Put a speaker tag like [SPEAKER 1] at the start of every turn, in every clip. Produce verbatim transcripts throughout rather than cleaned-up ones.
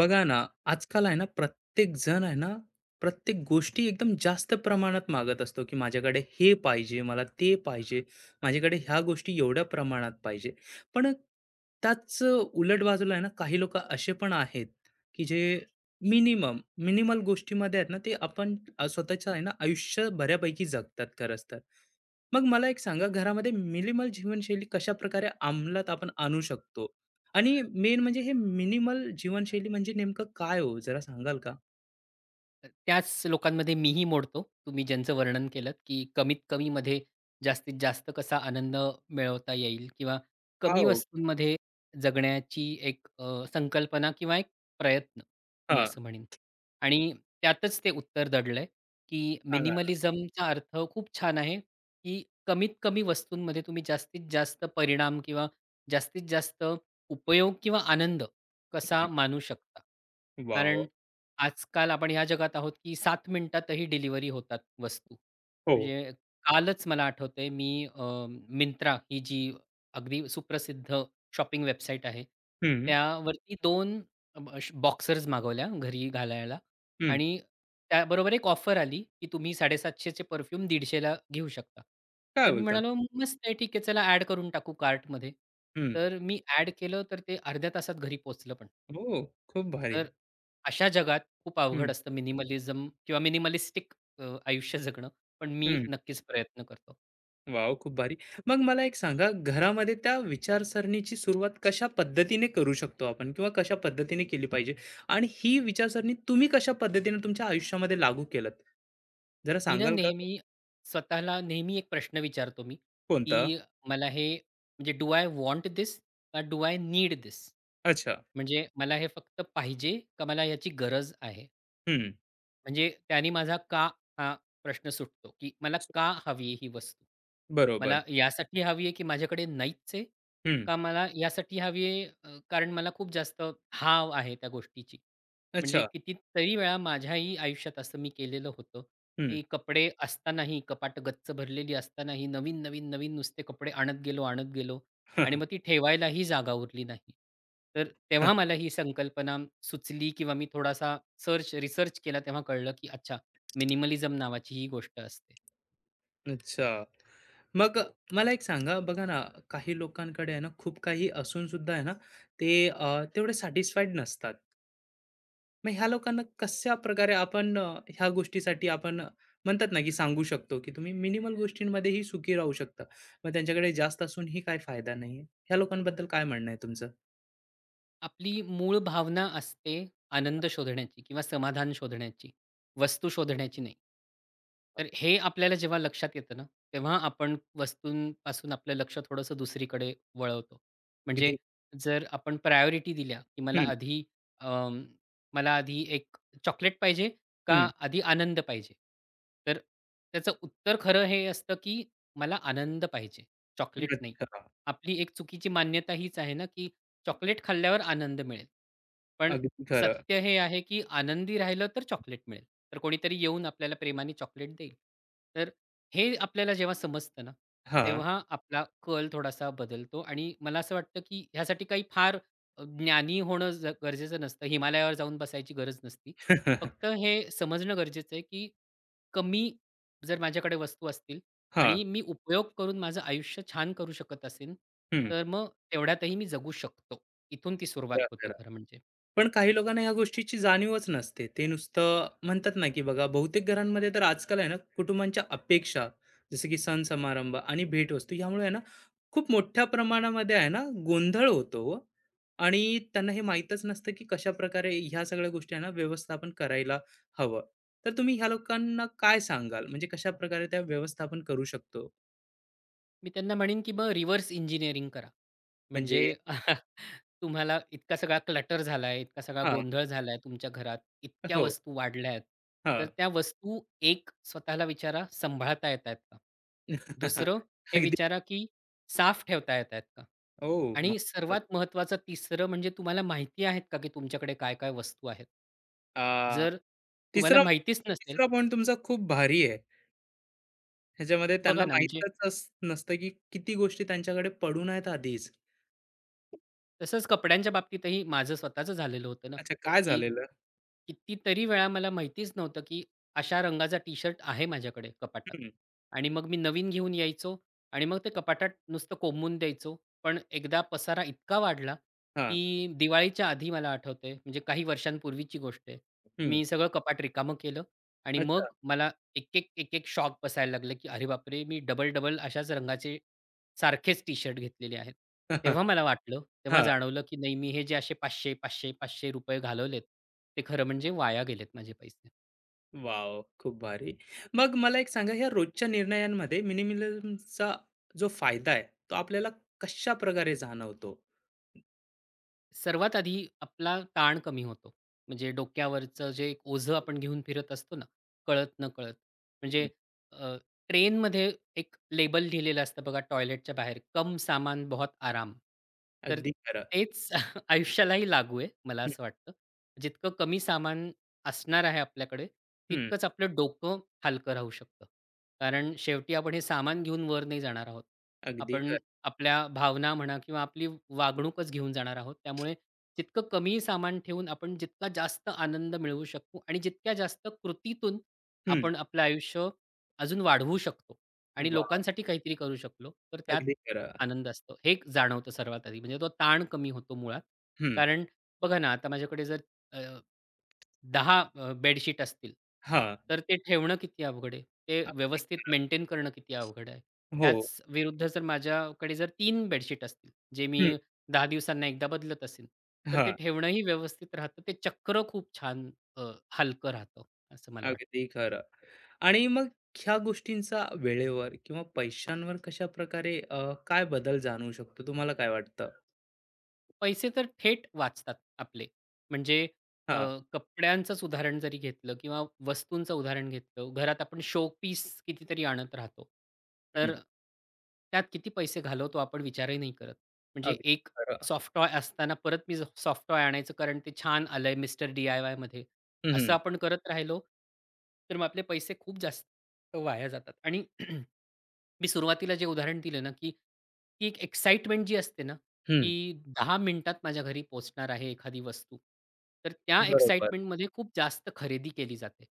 [SPEAKER 1] बघा ना, आजकाल आहे ना, प्रत्येक जण आहे ना, प्रत्येक गोष्टी एकदम जास्त प्रमाणात मागत असतो, की माझ्याकडे हे पाहिजे, मला ते पाहिजे, माझ्याकडे ह्या गोष्टी एवढ्या प्रमाणात पाहिजे. पण त्याच उलट बाजूला आहे ना, काही लोकं असे पण आहेत, की जे मिनिमम, मिनिमल गोष्टीमध्ये आहेत ना, ते आपण अ, स्वतःच्या आहे ना, आयुष्य बऱ्यापैकी जगतात खरंच तर. मग मला एक सांगा, घरामध्ये मिनिमल जीवनशैली कशाप्रकारे अंमलात आपण आणू शकतो? आणि मेन म्हणजे हे मिनिमल जीवनशैली म्हणजे नेमकं काय हो? जरा सांगाल का?
[SPEAKER 2] तर त्याच लोकांमध्ये मीही मोडतो. तुम्ही ज्यांचं वर्णन केलंत, की कमीत कमीमध्ये जास्तीत जास्त कसा आनंद मिळवता येईल किंवा कमी
[SPEAKER 1] हो.
[SPEAKER 2] वस्तूंमध्ये जगण्याची एक अ, संकल्पना किंवा एक प्रयत्न, मी
[SPEAKER 1] हां.
[SPEAKER 2] असं म्हणेन. आणि त्यातच ते उत्तर दडलंय, की
[SPEAKER 1] सांगा ना.
[SPEAKER 2] मिनिमलिझमचा अर्थ खूप छान आहे, की कमीत कमी वस्तूंमध्ये तुम्ही जास्तीत जास्त परिणाम किंवा जास्तीत जास्त उपयोग किंवा आनंद कसा
[SPEAKER 1] हं.
[SPEAKER 2] मानू शकता.
[SPEAKER 1] वॉव!
[SPEAKER 2] कारण आजकाल आपण ह्या जगात आहोत, की सात मिनिटातही डिलिव्हरी होतात वस्तू.
[SPEAKER 1] हो.
[SPEAKER 2] म्हणजे कालच मला आठवतंय मी अ, मिंत्रा ही जी अगदी सुप्रसिद्ध शॉपिंग वेबसाईट आहे.
[SPEAKER 1] हं,
[SPEAKER 2] त्यावरती दोन अ, बॉक्सर्स मागवल्या घरी घालायला
[SPEAKER 1] हं.
[SPEAKER 2] आणि त्याबरोबर एक ऑफर आली, की तुम्ही सातशे पन्नास परफ्यूम दीडशे घेऊ शकता.
[SPEAKER 1] काय
[SPEAKER 2] तर मी
[SPEAKER 1] बोलता?
[SPEAKER 2] म्हणालो, "मस्त आहे, ठीक आहे, चला ॲड करून टाकू कार्टमध्ये."
[SPEAKER 1] हं.
[SPEAKER 2] तर मी ॲड केलं, तर ते अर्ध्या तासात घरी पोहोचलं पण.
[SPEAKER 1] हो, खूप भारी.
[SPEAKER 2] तर अशा जगात खूप
[SPEAKER 1] हं,
[SPEAKER 2] अवघड असतं मिनिमलिझम किंवा मिनिमलिस्टिक अ, आयुष्य जगणं. पण मी
[SPEAKER 1] हं.
[SPEAKER 2] नक्कीच प्रयत्न करतो.
[SPEAKER 1] वॉव! खूप भारी. मग मला एक सांगा, घरामध्ये त्या विचारसरणीची सुरुवात कशा पद्धतीने करू शकतो आपण किंवा कशा पद्धतीने केली पाहिजे? आणि ही विचारसरणी तुम्ही कशा पद्धतीने तुमच्या आयुष्यामध्ये लागू केलत? जरा
[SPEAKER 2] मी ना
[SPEAKER 1] सांगाल का?
[SPEAKER 2] नेहमी स्वतःला नेहमी एक प्रश्न विचारतो मी,
[SPEAKER 1] कोणतं?
[SPEAKER 2] की मला हे म्हणजे डू आय वॉन्ट दिस का डू आय नीड दिस.
[SPEAKER 1] अच्छा.
[SPEAKER 2] म्हणजे मला हे फक्त पाहिजे का मला याची गरज आहे?
[SPEAKER 1] हं.
[SPEAKER 2] म्हणजे त्याने माझा का हा प्रश्न सुटतो, की मला का हवी आहे ही वस्तू?
[SPEAKER 1] बरोबर.
[SPEAKER 2] मला यासाठी हवी आहे, की माझ्याकडे नाहीच आहे?
[SPEAKER 1] हं.
[SPEAKER 2] का मला यासाठी हवी आहे अ, कारण मला खूप जास्त हाव आहे त्या गोष्टीची. म्हणजे
[SPEAKER 1] अच्छा.
[SPEAKER 2] कितीतरी वेळा माझ्याही आयुष्यात असं मी केलेलं होतं, की कपडे असतानाही, कपाटं गच्च भरलेली असतानाही नवीन, नवीन, नवीन नुसते कपडे आणत गेलो, आणत गेलो. आणि मग ती ठेवायलाही जागा उरली नाही. तर तेव्हा मला ही संकल्पना सुचली किंवा मी थोडासा सर्च रिसर्च केला तेव्हा कळलं, की अच्छा, मिनिमलिझम नावाची ही गोष्ट असते.
[SPEAKER 1] अच्छा. मग मला एक सांगा, बघा ना, काही लोकांकडे आहे ना, खूप काही असून सुद्धा आहे ना, ते अ, तेवढे सॅटिस्फाईड नसतात. मग ह्या लोकांना कशा प्रकारे आपण अ, ह्या गोष्टीसाठी आपण म्हणतात ना, की सांगू शकतो, की तुम्ही मिनिमल गोष्टींमध्येही सुखी राहू शकता. मग त्यांच्याकडे जास्त असूनही काही फायदा नाही ह्या लोकांबद्दल काय म्हणणं आहे तुमचं?
[SPEAKER 2] आपली मूळ भावना असते आनंद शोधण्याची किंवा समाधान शोधण्याची, वस्तू शोधण्याची नाही.
[SPEAKER 1] हां,
[SPEAKER 2] तर हे आपल्याला जेव्हा लक्षात येतं ना, तेव्हा आपण वस्तूंपासून आपलं लक्ष थोडंसं दुसरीकडे वळवतो. म्हणजे
[SPEAKER 1] अगदी
[SPEAKER 2] जर आपण प्रायोरिटी दिल्या, की मला
[SPEAKER 1] हं,
[SPEAKER 2] आधी अं, मला आधी एक चॉकलेट पाहिजे का
[SPEAKER 1] हं.
[SPEAKER 2] आधी आनंद पाहिजे? तर त्याचं उत्तर खरं हे असतं, की मला आनंद पाहिजे, चॉकलेट नाही.
[SPEAKER 1] अच्छा.
[SPEAKER 2] आपली एक चुकीची मान्यता हीच आहे ना, की चॉकलेट खाल्ल्यावर आनंद मिळेल. पण
[SPEAKER 1] अगदी खरं.
[SPEAKER 2] सत्य हे आहे, की आनंदी राहिलं तर चॉकलेट मिळेल. तर कोणीतरी येऊन आपल्याला प्रेमाने चॉकलेट देईल. तर हे आपल्याला जेव्हा समजतं ना,
[SPEAKER 1] हां.
[SPEAKER 2] तेव्हा आपला कल थोडासा बदलतो आणि मला असं वाटतं, की ह्यासाठी काही फार अ, ज्ञानी होणं ज गरजेचं नसतं. हिमालयावर जाऊन बसायची गरज नसती. फक्त हे समजणं गरजेचं आहे, की कमी जर माझ्याकडे वस्तू असतील
[SPEAKER 1] हां.
[SPEAKER 2] आणि मी उपयोग करून माझं आयुष्य छान करू शकत असेन,
[SPEAKER 1] हं.
[SPEAKER 2] तर मग तेवढ्यातही मी जगू शकतो. इथून ती सुरुवात होते खरं म्हणजे.
[SPEAKER 1] पण काही लोकांना या गोष्टीची जाणीवच नसते. ते नुसतं म्हणतात ना, की बघा बहुतेक घरांमध्ये तर आजकाल आहे ना, कुटुंबांच्या अपेक्षा जसं की सण समारंभ आणि भेटवस्तू यामुळे आहे ना, खूप मोठ्या प्रमाणामध्ये आहे ना, गोंधळ होतो हो. आणि त्यांना हे माहीतच नसतं, की कशाप्रकारे ह्या सगळ्या गोष्टी आहे ना, व्यवस्थापन करायला हवं. तर तुम्ही ह्या लोकांना काय सांगाल? म्हणजे कशाप्रकारे त्या व्यवस्थापन करू शकतो?
[SPEAKER 2] मी त्यांना म्हणेन, की मग रिव्हर्स इंजिनिअरिंग करा. म्हणजे
[SPEAKER 1] म्हणजे
[SPEAKER 2] तुम्हाला इतका सगळा क्लटर झालाय, इतका सगळा
[SPEAKER 1] हां.
[SPEAKER 2] गोंधळ झालाय तुमच्या घरात, इतक्या
[SPEAKER 1] हो.
[SPEAKER 2] वस्तू वाढल्या आहेत. तर
[SPEAKER 1] हां.
[SPEAKER 2] त्या वस्तू एक स्वतःला विचारा, सांभाळता येत आहेत का? दुसरं हे
[SPEAKER 1] अगदी.
[SPEAKER 2] विचारा, की साफ ठेवता येत आहेत का?
[SPEAKER 1] ओ
[SPEAKER 2] आणि
[SPEAKER 1] मस्त.
[SPEAKER 2] सर्वात महत्त्वाचं तिसरं म्हणजे तुम्हाला माहिती आहेत का, की तुमच्याकडे काय-काय वस्तू आहेत?
[SPEAKER 1] आ
[SPEAKER 2] जर तुम्हाला
[SPEAKER 1] तिसरा
[SPEAKER 2] माहितीच नसेल,
[SPEAKER 1] तिसरा पॉइंट तुमचा खूप भारी आहे. ह्याच्यामध्ये त्यांना
[SPEAKER 2] बघा ना, म्हणजे
[SPEAKER 1] माहीतच अस नसतं, की किती गोष्टी त्यांच्याकडे पडून आहेत आधीच.
[SPEAKER 2] तसंच कपड्यांच्या बाबतीतही माझं स्वतःचं झालेलं होतं ना,
[SPEAKER 1] अच्छा, काय
[SPEAKER 2] की
[SPEAKER 1] झालेलं?
[SPEAKER 2] कितीतरी वेळा मला माहितीच नव्हतं, की अशा रंगाचा टी-शर्ट आहे माझ्याकडे कपाटात,
[SPEAKER 1] हं,
[SPEAKER 2] आणि मग मी नवीन घेऊन यायचो आणि मग ते कपाटात नुसतं कोंबून द्यायचो. पण एकदा पसारा इतका वाढला,
[SPEAKER 1] हां,
[SPEAKER 2] की दिवाळीच्या आधी मला आठवतंय, म्हणजे काही वर्षांपूर्वीची गोष्ट आहे.
[SPEAKER 1] हं.
[SPEAKER 2] मी सगळं कपाट रिकामं केलं आणि मग
[SPEAKER 1] अच्छा.
[SPEAKER 2] मला एक-एक, एक-एक शॉक बसायला लागले, की अरे बापरे! मी डबल-डबल अशाच रंगाचे सारखेच टी-शर्ट घेतलेले आहेत. तेव्हा मला वाटलं, तेव्हा
[SPEAKER 1] हां.
[SPEAKER 2] जाणवलं, की नाही, मी हे जे असे ₹पाचशे रुपये, ₹पाचशे रुपये, ₹पाचशे रुपये घालवलेत, ते खरं म्हणजे वाया गेलेत माझे पैसे.
[SPEAKER 1] वॉव! खूप भारी. मग मला एक सांगा, ह्या रोजच्या निर्णयांमध्ये मिनिमलिझमचा जो फायदा आहे, तो आपल्याला कशाप्रकारे जाणवतो?
[SPEAKER 2] सर्वात आधी आपला ताण कमी होतो. म्हणजे डोक्यावरचं जे एक ओझं आपण घेऊन फिरत असतो ना, कळत-नकळत.
[SPEAKER 1] हं,
[SPEAKER 2] म्हणजे अ, ट्रेनमध्ये एक लेबल लिहिलेलं असतं बघा टॉयलेटच्या बाहेर, "कम सामान बहुत आराम." तर
[SPEAKER 1] अगदी खरं.
[SPEAKER 2] तेच आयुष्यालाही लागू आहे, मला
[SPEAKER 1] हं,
[SPEAKER 2] असं वाटतं. जितकं कमी सामान असणार आहे आपल्याकडे,
[SPEAKER 1] हं.
[SPEAKER 2] तितकंच आपलं डोकं हलकं राहू शकतं. कारण शेवटी आपण हे सामान घेऊन वर नाही जाणार आहोत.
[SPEAKER 1] अगदी
[SPEAKER 2] आपण
[SPEAKER 1] खरं.
[SPEAKER 2] आपल्या भावना म्हणा किंवा आपली वागणूकच घेऊन जाणार आहोत. त्यामुळे जितकं कमी सामान ठेवून आपण जितका जास्त आनंद मिळवू शकू आणि जितक्या जास्त कृतीतून
[SPEAKER 1] हं.
[SPEAKER 2] आपण आपलं आयुष्य अजून वाढवू शकतो आणि
[SPEAKER 1] वॉव!
[SPEAKER 2] लोकांसाठी काहीतरी करू शकलो, तर त्यात
[SPEAKER 1] अगदी खरं.
[SPEAKER 2] आनंद असतो. हे एक जाणवतं सर्वात आधी. म्हणजे तो ताण कमी होतो मुळात.
[SPEAKER 1] हं.
[SPEAKER 2] कारण बघा ना, आता माझ्याकडे जर अ, दहा बेडशीट असतील,
[SPEAKER 1] हां.
[SPEAKER 2] तर ते ठेवणं किती अवघड आहे. ते
[SPEAKER 1] अगदी
[SPEAKER 2] व्यवस्थित मेंटेन करणं किती अवघड आहे.
[SPEAKER 1] हो.
[SPEAKER 2] त्याच विरुद्ध जर माझ्याकडे जर तीन बेडशीट असतील, जे मी
[SPEAKER 1] हं.
[SPEAKER 2] दहा दिवसांना एकदा बदलत असेन, तर ते
[SPEAKER 1] हां.
[SPEAKER 2] ठेवणंही व्यवस्थित राहतं. ते चक्र खूप छान अ, हलकं राहतं, असं मला वाटतं.
[SPEAKER 1] अगदी खरं. आणि मग ह्या गोष्टींचा वेळेवर किंवा पैशांवर कशा प्रकारे अ, काय बदल जाणवू शकतो? तुम्हाला काय वाटतं?
[SPEAKER 2] पैसे तर थेट वाचतात आपले. म्हणजे अ,
[SPEAKER 1] हा
[SPEAKER 2] कपड्यांचंच उदाहरण जरी घेतलं किंवा वस्तूंचं उदाहरण घेतलं, घरात आपण शो पीस कितीतरी आणत राहतो. तर
[SPEAKER 1] हं.
[SPEAKER 2] त्यात किती पैसे घालवतो आपण विचारही नाही करत. म्हणजे
[SPEAKER 1] अगदी
[SPEAKER 2] एक
[SPEAKER 1] खरं.
[SPEAKER 2] सॉफ्ट टॉय असताना परत मी सॉफ्ट टॉय आणायचं, कारण ते छान आलंय मिस्टर डी-आय-वायमध्ये.
[SPEAKER 1] हं,
[SPEAKER 2] असं
[SPEAKER 1] हं.
[SPEAKER 2] आपण करत राहिलो, तर मग आपले पैसे खूप जास्त वाया जातात. आणि मी सुरुवातीला जे उदाहरण दिलं ना, की ती एक एक्साइटमेंट जी असते ना, की दहा मिनिटात माझ्या घरी पोहोचणार आहे एखादी वस्तू. तर त्या
[SPEAKER 1] बरोबर.
[SPEAKER 2] एक्साईटमेंटमध्ये खूप जास्त खरेदी केली जाते.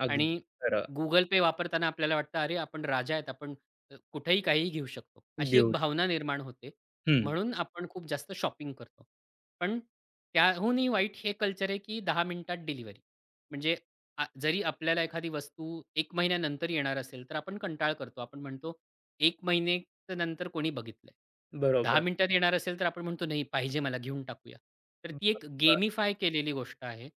[SPEAKER 1] अगदी
[SPEAKER 2] आणि
[SPEAKER 1] खरं.
[SPEAKER 2] Google Pay वापरताना आपल्याला वाटतं, "अरे, आपण राजा आहेत. आपण अ, कुठेही काहीही घेऊ शकतो." अशी एक
[SPEAKER 1] देऊ
[SPEAKER 2] भावना निर्माण होते.
[SPEAKER 1] हं.
[SPEAKER 2] म्हणून आपण खूप जास्त शॉपिंग करतो. पण त्याहूनही वाईट हे कल्चर आहे, की दहा मिनिटात डिलिव्हरी. म्हणजे आ जरी आपल्याला एखादी वस्तू एक महिन्यानंतर येणार असेल, तर आपण कंटाळ करतो. आपण म्हणतो, एक महिनेच्या नंतर कोणी बघितलंय? दहा
[SPEAKER 1] बरोबर.
[SPEAKER 2] मिनिटात येणार असेल, तर आपण म्हणतो, "नाही, पाहिजे मला, घेऊन टाकूया." तर ती एक
[SPEAKER 1] बरोबर.
[SPEAKER 2] गेमिफाय केलेली गोष्ट आहे,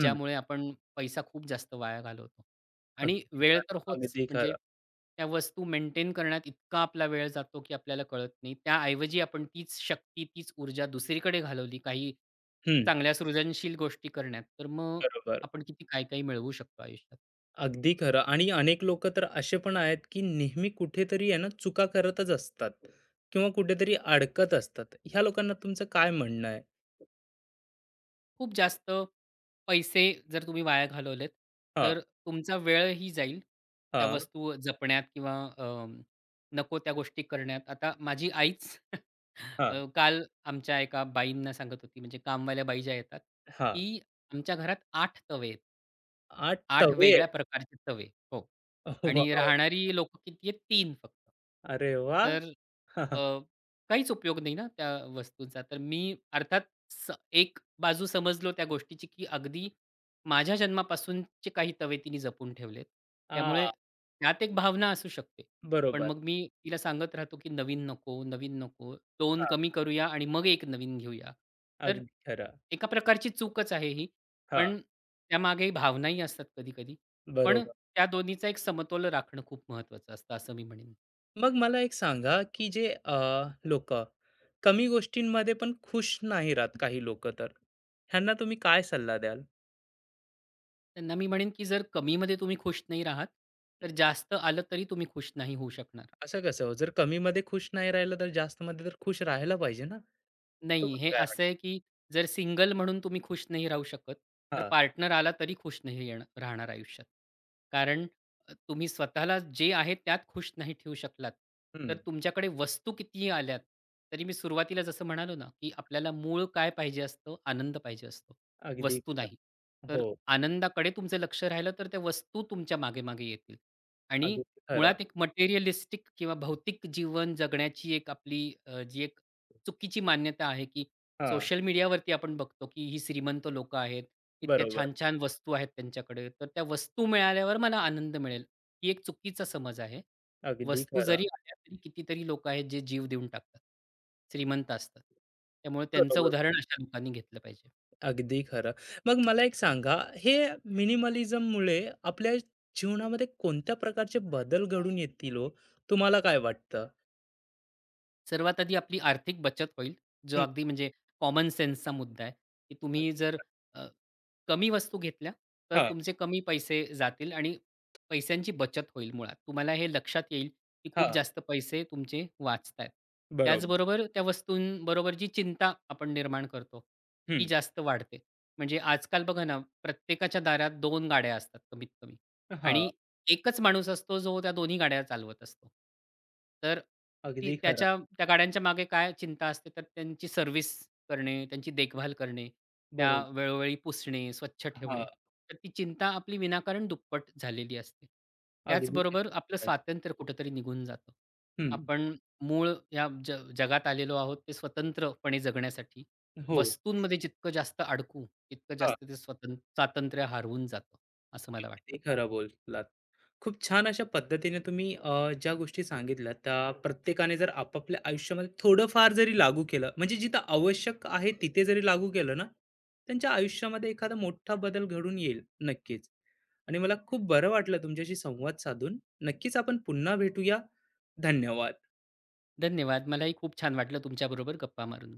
[SPEAKER 1] हं.
[SPEAKER 2] ज्यामुळे आपण पैसा खूप जास्त वाया घालवतो. आणि
[SPEAKER 1] अगदी
[SPEAKER 2] वेळ तर
[SPEAKER 1] खरं,
[SPEAKER 2] होच,
[SPEAKER 1] अगदी
[SPEAKER 2] म्हणजे
[SPEAKER 1] खरं.
[SPEAKER 2] त्या वस्तू मेंटेन करण्यात इतका आपला वेळ जातो, की आपल्याला कळत नाही. त्याऐवजी आपण तीच शक्ती, तीच ऊर्जा दुसरीकडे घालवली, काही
[SPEAKER 1] हं.
[SPEAKER 2] चांगल्या सृजनशील गोष्टी करण्यात, तर मग
[SPEAKER 1] बरोबर.
[SPEAKER 2] आपण किती काय-काय मिळवू शकतो आयुष्यात.
[SPEAKER 1] अगदी खरं आणि अनेक लोकं तर असे पण आहेत, की नेहमी कुठेतरी आहे ना चुका करतच असतात किंवा कुठेतरी अडकत असतात. ह्या लोकांना तुमचं काय म्हणणं आहे?
[SPEAKER 2] खूप जास्त पैसे जर तुम्ही वाया घालवलेत,
[SPEAKER 1] हां,
[SPEAKER 2] तर तुमचा वेळही जाईल त्या
[SPEAKER 1] हां,
[SPEAKER 2] वस्तू जपण्यात किंवा अं, नको त्या गोष्टी करण्यात. आता माझी आईच
[SPEAKER 1] हां,
[SPEAKER 2] अ, काल आमच्या एका बाईंना सांगत होती, म्हणजे कामवाल्या बाई ज्या येतात,
[SPEAKER 1] हां.
[SPEAKER 2] की आमच्या घरात आठ तवे आहेत.
[SPEAKER 1] आठ
[SPEAKER 2] आठ
[SPEAKER 1] तवे
[SPEAKER 2] वेगळ्या
[SPEAKER 1] आहेत.
[SPEAKER 2] प्रकारचे तवे. हो. आणि
[SPEAKER 1] वॉव!
[SPEAKER 2] राहणारी लोकं किती आहेत? तीन फक्त.
[SPEAKER 1] अरे वाह!
[SPEAKER 2] तर अ, काहीच उपयोग नाही ना त्या वस्तूंचा. तर मी अर्थात स एक बाजू समजलो त्या गोष्टीची, की अगदी माझ्या जन्मापासूनचे काही तवे तिने जपून ठेवलेत. त्यामुळे
[SPEAKER 1] हां,
[SPEAKER 2] त्यात एक भावना असू शकते. पण
[SPEAKER 1] बरोबर.
[SPEAKER 2] मग मी तिला सांगत राहतो, की नवीन नको, नवीन नको. दोन
[SPEAKER 1] हां,
[SPEAKER 2] कमी करूया आणि मग एक नवीन घेऊया. तर
[SPEAKER 1] अगदी खरं.
[SPEAKER 2] एका प्रकारची चूकच आहे ही.
[SPEAKER 1] हां,
[SPEAKER 2] पण त्यामागे भावनाही असतात कधी-कधी. पण
[SPEAKER 1] बरोबर.
[SPEAKER 2] त्या दोन्हीचा एक समतोल राखणं खूप महत्त्वाचं असतं, असं मी म्हणेन.
[SPEAKER 1] मग मला एक सांगा, की जे अ, लोकं कमी गोष्टींमध्ये पण खुश नाही राहत काही लोकं तर, ह्यांना तुम्ही काय सल्ला द्याल?
[SPEAKER 2] त्यांना मी म्हणेन, की जर कमीमध्ये तुम्ही खुश नाही राहात, तर जास्त आलं तरी तुम्ही खुश नाही होऊ शकणार.
[SPEAKER 1] असं कसं हो? जर कमीमध्ये खुश नाही राहिलं, तर जास्तमध्ये तर खुश राहायला पाहिजे ना?
[SPEAKER 2] नाही,
[SPEAKER 1] तुम्हाला
[SPEAKER 2] हे
[SPEAKER 1] काय वाटतं?
[SPEAKER 2] असं आहे, की जर सिंगल म्हणून तुम्ही खुश नाही राहू शकत, तर
[SPEAKER 1] हां,
[SPEAKER 2] पार्टनर आला तरी खुश नाही येणं राहणार आयुष्यात. कारण अ, तुम्ही स्वतःला जे आहे त्यात खुश नाही ठेवू शकलात, तर
[SPEAKER 1] हं.
[SPEAKER 2] तुमच्याकडे वस्तू कितीही आल्यात, तरी मी सुरुवातीला जसं म्हणालो ना, की आपल्याला मूळ काय पाहिजे असतं? आनंद पाहिजे असतो,
[SPEAKER 1] अगदी
[SPEAKER 2] वस्तू
[SPEAKER 1] खरं.
[SPEAKER 2] नाही. तर
[SPEAKER 1] हो,
[SPEAKER 2] आनंदाकडे तुमचं लक्ष राहिलं, तर त्या वस्तू तुमच्या मागे-मागे येतील. आणि
[SPEAKER 1] अगदी खरं.
[SPEAKER 2] मुळात एक मटेरिअलिस्टिक किंवा भौतिक जीवन जगण्याची एक आपली अ, जी एक चुकीची मान्यता आहे, की
[SPEAKER 1] हां,
[SPEAKER 2] सोशल मीडियावरती आपण बघतो, की ही श्रीमंत लोकं आहेत. इतक्या
[SPEAKER 1] बरोबर.
[SPEAKER 2] छान-छान वस्तू आहेत त्यांच्याकडे, तर त्या वस्तू मिळाल्यावर मला आनंद मिळेल. ही एक चुकीचा समज आहे.
[SPEAKER 1] अगदी
[SPEAKER 2] वस्तू
[SPEAKER 1] खरं.
[SPEAKER 2] जरी आल्या तरी कितीतरी लोकं आहेत जे जीव देऊन टाकतात. श्रीमंत असतात. त्यामुळे त्यांचं
[SPEAKER 1] बरोबर.
[SPEAKER 2] उदाहरण अशा लोकांनी घेतलं पाहिजे.
[SPEAKER 1] अगदी खरं. मग मला एक सांगा, हे मिनिमलिझममुळे आपल्या जीवनामध्ये कोणत्या प्रकारचे बदल घडून येतील हो? तुम्हाला काय वाटतं?
[SPEAKER 2] सर्वात आधी आपली आर्थिक बचत होईल, जो
[SPEAKER 1] हं,
[SPEAKER 2] अगदी म्हणजे कॉमन सेन्सचा मुद्दा आहे, की
[SPEAKER 1] हं.
[SPEAKER 2] तुम्ही जर अ, कमी वस्तू घेतल्या, तर
[SPEAKER 1] हां,
[SPEAKER 2] तुमचे कमी पैसे जातील आणि पैशांची बचत होईल मुळात. तुम्हाला हे लक्षात येईल, की खूप जास्त पैसे तुमचे वाचतायत.
[SPEAKER 1] बरोबर.
[SPEAKER 2] त्याचबरोबर त्या वस्तूंबरोबर जी चिंता आपण निर्माण करतो, ती
[SPEAKER 1] हं.
[SPEAKER 2] जास्त वाढते. म्हणजे आजकाल बघा ना, प्रत्येकाच्या दारात दोन गाड्या असतात कमीत कमी,
[SPEAKER 1] हां,
[SPEAKER 2] आणि एकच माणूस असतो, जो त्या दोन्ही गाड्या चालवत असतो. तर ती
[SPEAKER 1] अगदी खरं.
[SPEAKER 2] त्याच्या त्या गाड्यांच्या मागे काय चिंता असते, तर त्यांची सर्व्हिस करणे, त्यांची देखभाल करणे, त्या
[SPEAKER 1] बरोबर.
[SPEAKER 2] वेळोवेळी पुसणे, स्वच्छ
[SPEAKER 1] हां,
[SPEAKER 2] ठेवणे. तर ती चिंता आपली विनाकारण दुप्पट झालेली असते.
[SPEAKER 1] अगदी
[SPEAKER 2] त्याचबरोबर आपलं
[SPEAKER 1] खरं.
[SPEAKER 2] स्वातंत्र्य कुठेतरी निघून जातं.
[SPEAKER 1] हं,
[SPEAKER 2] आपण मूळ या ज जगात आलेलो आहोत, ते स्वतंत्रपणे जगण्यासाठी.
[SPEAKER 1] हो.
[SPEAKER 2] वस्तूंमध्ये जितकं जास्त अडकू, तितकं
[SPEAKER 1] हां,
[SPEAKER 2] जास्त ते स्वतंत्र स्वातंत्र्य हरवून जातं, असं मला वाटतं.
[SPEAKER 1] अगदी खरं बोललात. खूप छान अशा पद्धतीने तुम्ही अ, ज्या गोष्टी सांगितल्या त्या प्रत्येकाने जर आपापल्या आयुष्यामध्ये थोडंफार जरी लागू केलं म्हणजे जिथं आवश्यक आहे तिथे जरी लागू केलं ना त्यांच्या आयुष्यामध्ये एखादा मोठा बदल घडून येईल नक्कीच. आणि मला खूप बरं वाटलं तुमच्याशी संवाद साधून. नक्कीच आपण पुन्हा भेटूया. धन्यवाद.
[SPEAKER 2] धन्यवाद. मलाही खूप छान वाटलं तुमच्याबरोबर गप्पा मारून.